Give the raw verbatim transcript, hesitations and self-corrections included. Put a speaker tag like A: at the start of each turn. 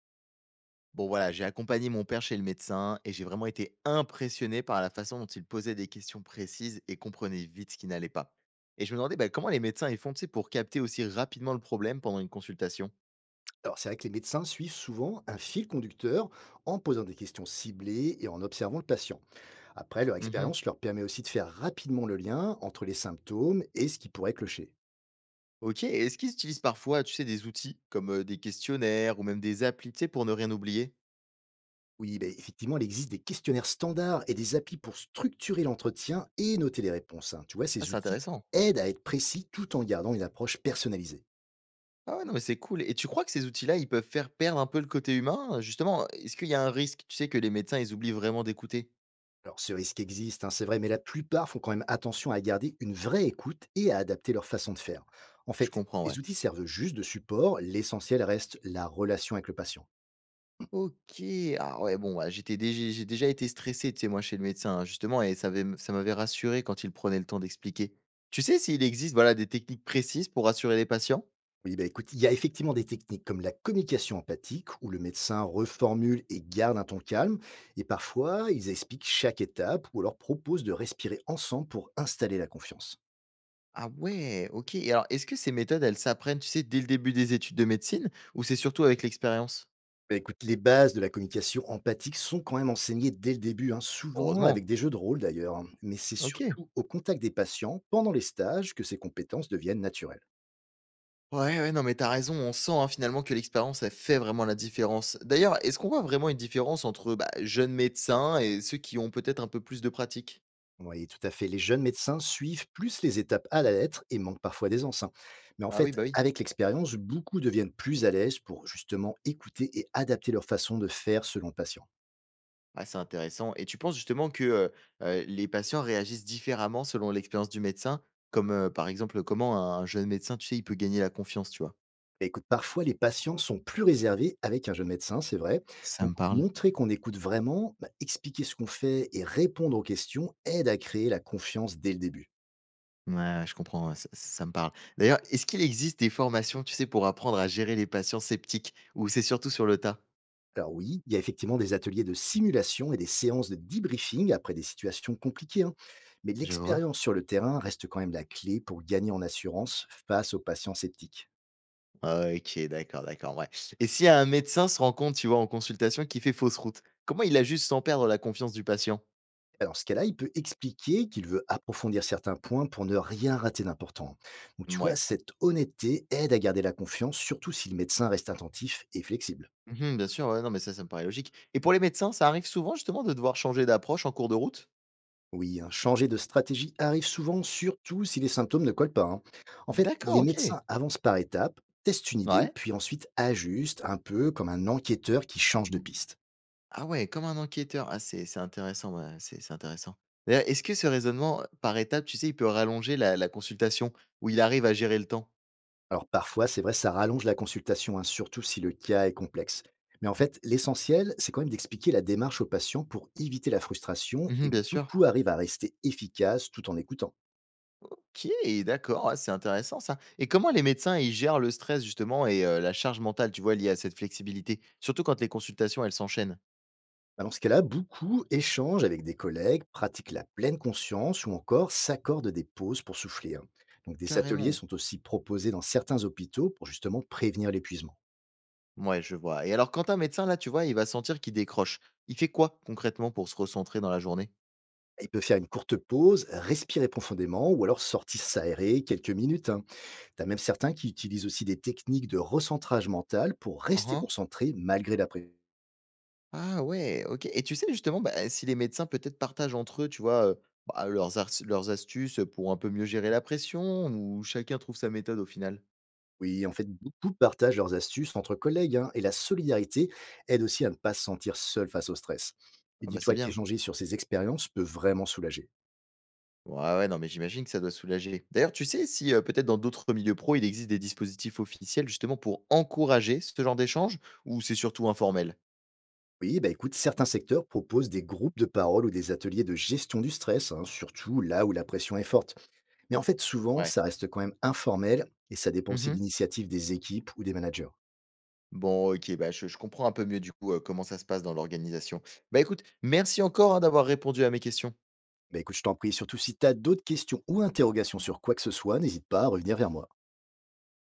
A: Bon voilà, j'ai accompagné mon père chez le médecin et j'ai vraiment été impressionné par la façon dont il posait des questions précises et comprenait vite ce qui n'allait pas. Et je me demandais bah, comment les médecins ils font, tu sais, pour capter aussi rapidement le problème pendant une consultation.
B: Alors, c'est vrai que les médecins suivent souvent un fil conducteur en posant des questions ciblées et en observant le patient. Après, leur
A: Mhm.
B: expérience leur permet aussi de faire rapidement le lien entre les symptômes et ce qui pourrait clocher.
A: Ok, et est-ce qu'ils utilisent parfois, tu sais, des outils comme euh, des questionnaires ou même des applis, tu sais, pour ne rien oublier?
B: Oui, ben, effectivement, il existe des questionnaires standards et des applis pour structurer l'entretien et noter les réponses, hein. Tu vois,
A: Ah,
B: ces
A: c'est
B: outils
A: intéressant.
B: aident à être précis tout en gardant une approche personnalisée.
A: Ah ouais, non, mais c'est cool. Et tu crois que ces outils-là, ils peuvent faire perdre un peu le côté humain? euh, Justement, est-ce qu'il y a un risque, tu sais, que les médecins, ils oublient vraiment d'écouter?
B: Alors, ce risque existe, hein, c'est vrai, mais la plupart font quand même attention à garder une vraie écoute et à adapter leur façon de faire. En
A: Je
B: fait,
A: comprends,
B: les
A: ouais.
B: outils servent juste de support, l'essentiel reste la relation avec le patient.
A: OK. Ah ouais, bon, bah, j'étais déj j'ai déjà été stressé, tu sais, moi, chez le médecin, hein, justement, et ça avait m ça m'avait rassuré quand il prenait le temps d'expliquer. Tu sais s'il existe, voilà, des techniques précises pour rassurer les patients?
B: Oui, bah écoute, il y a effectivement des techniques comme la communication empathique, où le médecin reformule et garde un ton calme, et parfois ils expliquent chaque étape ou alors proposent de respirer ensemble pour installer la confiance.
A: Ah ouais, OK, et alors, est-ce que ces méthodes, elles s'apprennent, tu sais, dès le début des études de médecine ou c'est surtout avec l'expérience?
B: Bah, écoute, les bases de la communication empathique sont quand même enseignées dès le début, hein, souvent avec
A: Heureusement.
B: des jeux de rôle d'ailleurs, hein. Mais c'est
A: OK.
B: surtout au contact des patients, pendant les stages, que ces compétences deviennent naturelles.
A: Ouais, ouais, non, mais t'as raison, on sent, hein, finalement, que l'expérience, elle fait vraiment la différence. D'ailleurs, est-ce qu'on voit vraiment une différence entre, bah, jeunes médecins et ceux qui ont peut-être un peu plus de pratique?
B: Oui, tout à fait. Les jeunes médecins suivent plus les étapes à la lettre et manquent parfois d'aisance, hein. Mais en
A: Ah oui,
B: fait,
A: bah, oui.
B: avec l'expérience, beaucoup deviennent plus à l'aise pour justement écouter et adapter leur façon de faire selon le patient.
A: Ah, c'est intéressant, et tu penses justement que, heu heu, les patients réagissent différemment selon l'expérience du médecin? Comme, heu, par exemple, comment un un jeune médecin, tu sais, il peut gagner la confiance, tu vois?
B: Bah, écoute, parfois les patients sont plus réservés avec un jeune médecin, c'est vrai.
A: Ça
B: Donc,
A: me parle.
B: montrer qu'on écoute vraiment, bah, expliquer ce qu'on fait et répondre aux questions aide à créer la confiance dès le début.
A: Ouais, ouais, je comprends, ouais, ça ça me parle. D'ailleurs, est-ce qu'il existe des formations, tu sais, pour apprendre à gérer les patients sceptiques ou c'est surtout sur le tas?
B: Alors oui, il y a effectivement des ateliers de simulation et des séances de debriefing après des situations compliquées, hein, mais
A: Je vois.
B: l'expérience sur le terrain reste quand même la clé pour gagner en assurance face aux patients sceptiques.
A: OK, d'accord, d'accord, ouais, et si un médecin se rend compte, tu vois, en consultation, qu'il fait fausse route, comment il ajuste sans perdre la confiance du patient?
B: Dans ce cas-là, il peut expliquer qu'il veut approfondir certains points pour ne rien rater d'important. Donc, tu vois,
A: Ouais.
B: cette honnêteté aide à garder la confiance, surtout si le médecin reste attentif et flexible.
A: Mmh, bien sûr, ouais, non, mais ça, ça me paraît logique, et pour les médecins, ça arrive souvent justement de devoir changer d'approche en cours de route?
B: Oui, hein, changer de stratégie arrive souvent, surtout si les symptômes ne collent pas, hein. En fait,
A: D'accord,
B: les
A: OK.
B: médecins avancent par étapes, testent une idée,
A: Ouais.
B: puis ensuite ajustent un peu comme un enquêteur qui change de piste.
A: Ah ouais, comme un enquêteur. Ah, c'est c'est intéressant, ouais, c'est c'est intéressant. D'ailleurs, est-ce que ce raisonnement euh, par étapes, tu sais, il peut rallonger la la consultation où il arrive à gérer le temps?
B: Alors parfois, c'est vrai, ça rallonge la consultation, hein, surtout si le cas est complexe. Mais en fait, l'essentiel, c'est quand même d'expliquer la démarche au patient pour éviter la frustration
A: Mmh,
B: et
A: bien sûr.
B: beaucoup arrivent à rester efficaces tout en écoutant.
A: OK, d'accord, ouais, c'est intéressant ça, et comment les médecins, ils gèrent le stress justement et, heu, la charge mentale, tu vois, liée à cette flexibilité? Surtout quand les consultations, elles s'enchaînent.
B: Dans ce cas-là, beaucoup échangent avec des collègues, pratiquent la pleine conscience ou encore s'accordent des pauses pour souffler, hein. Donc des ateliers
A: Carrément.
B: sont aussi proposés dans certains hôpitaux pour justement prévenir l'épuisement.
A: Mouais, je vois. Et alors quand un médecin, là, tu vois, il va sentir qu'il décroche, il fait quoi concrètement pour se recentrer dans la journée?
B: Il peut faire une courte pause, respirer profondément ou alors sortir s'aérer quelques minutes, hein. T'as même certains qui utilisent aussi des techniques de recentrage mental pour rester
A: Mmh.
B: concentrés malgré la pression.
A: Ah ouais, OK. Et tu sais justement, bah, si les médecins peut-être partagent entre eux, tu vois, heu, bah, leurs ars leurs astuces pour un peu mieux gérer la pression ou chacun trouve sa méthode au final?
B: Oui, en fait, beaucoup partagent leurs astuces entre collègues, hein, et la solidarité aide aussi à ne pas se sentir seul face au stress. Et
A: Ah bah, c'est
B: dis-toi
A: bien.
B: qu'échanger sur ces expériences peut vraiment soulager.
A: Ouais, ouais, non, mais j'imagine que ça doit soulager. D'ailleurs, tu sais si, heu, peut-être dans d'autres milieux pro, il existe des dispositifs officiels justement pour encourager ce genre d'échange ou c'est surtout informel?
B: Oui, bah écoute, certains secteurs proposent des groupes de parole ou des ateliers de gestion du stress, hein, surtout là où la pression est forte. Mais en fait, souvent,
A: Ouais.
B: ça reste quand même informel et ça dépend aussi de
A: Mmh.
B: l'initiative des équipes ou des managers.
A: Bon, OK, bah, je je comprends un peu mieux, du coup, heu, comment ça se passe dans l'organisation. Bah, écoute, merci encore, hein, d'avoir répondu à mes questions.
B: Bah écoute, je t'en prie, surtout si tu as d'autres questions ou interrogations sur quoi que ce soit, n'hésite pas à revenir vers moi.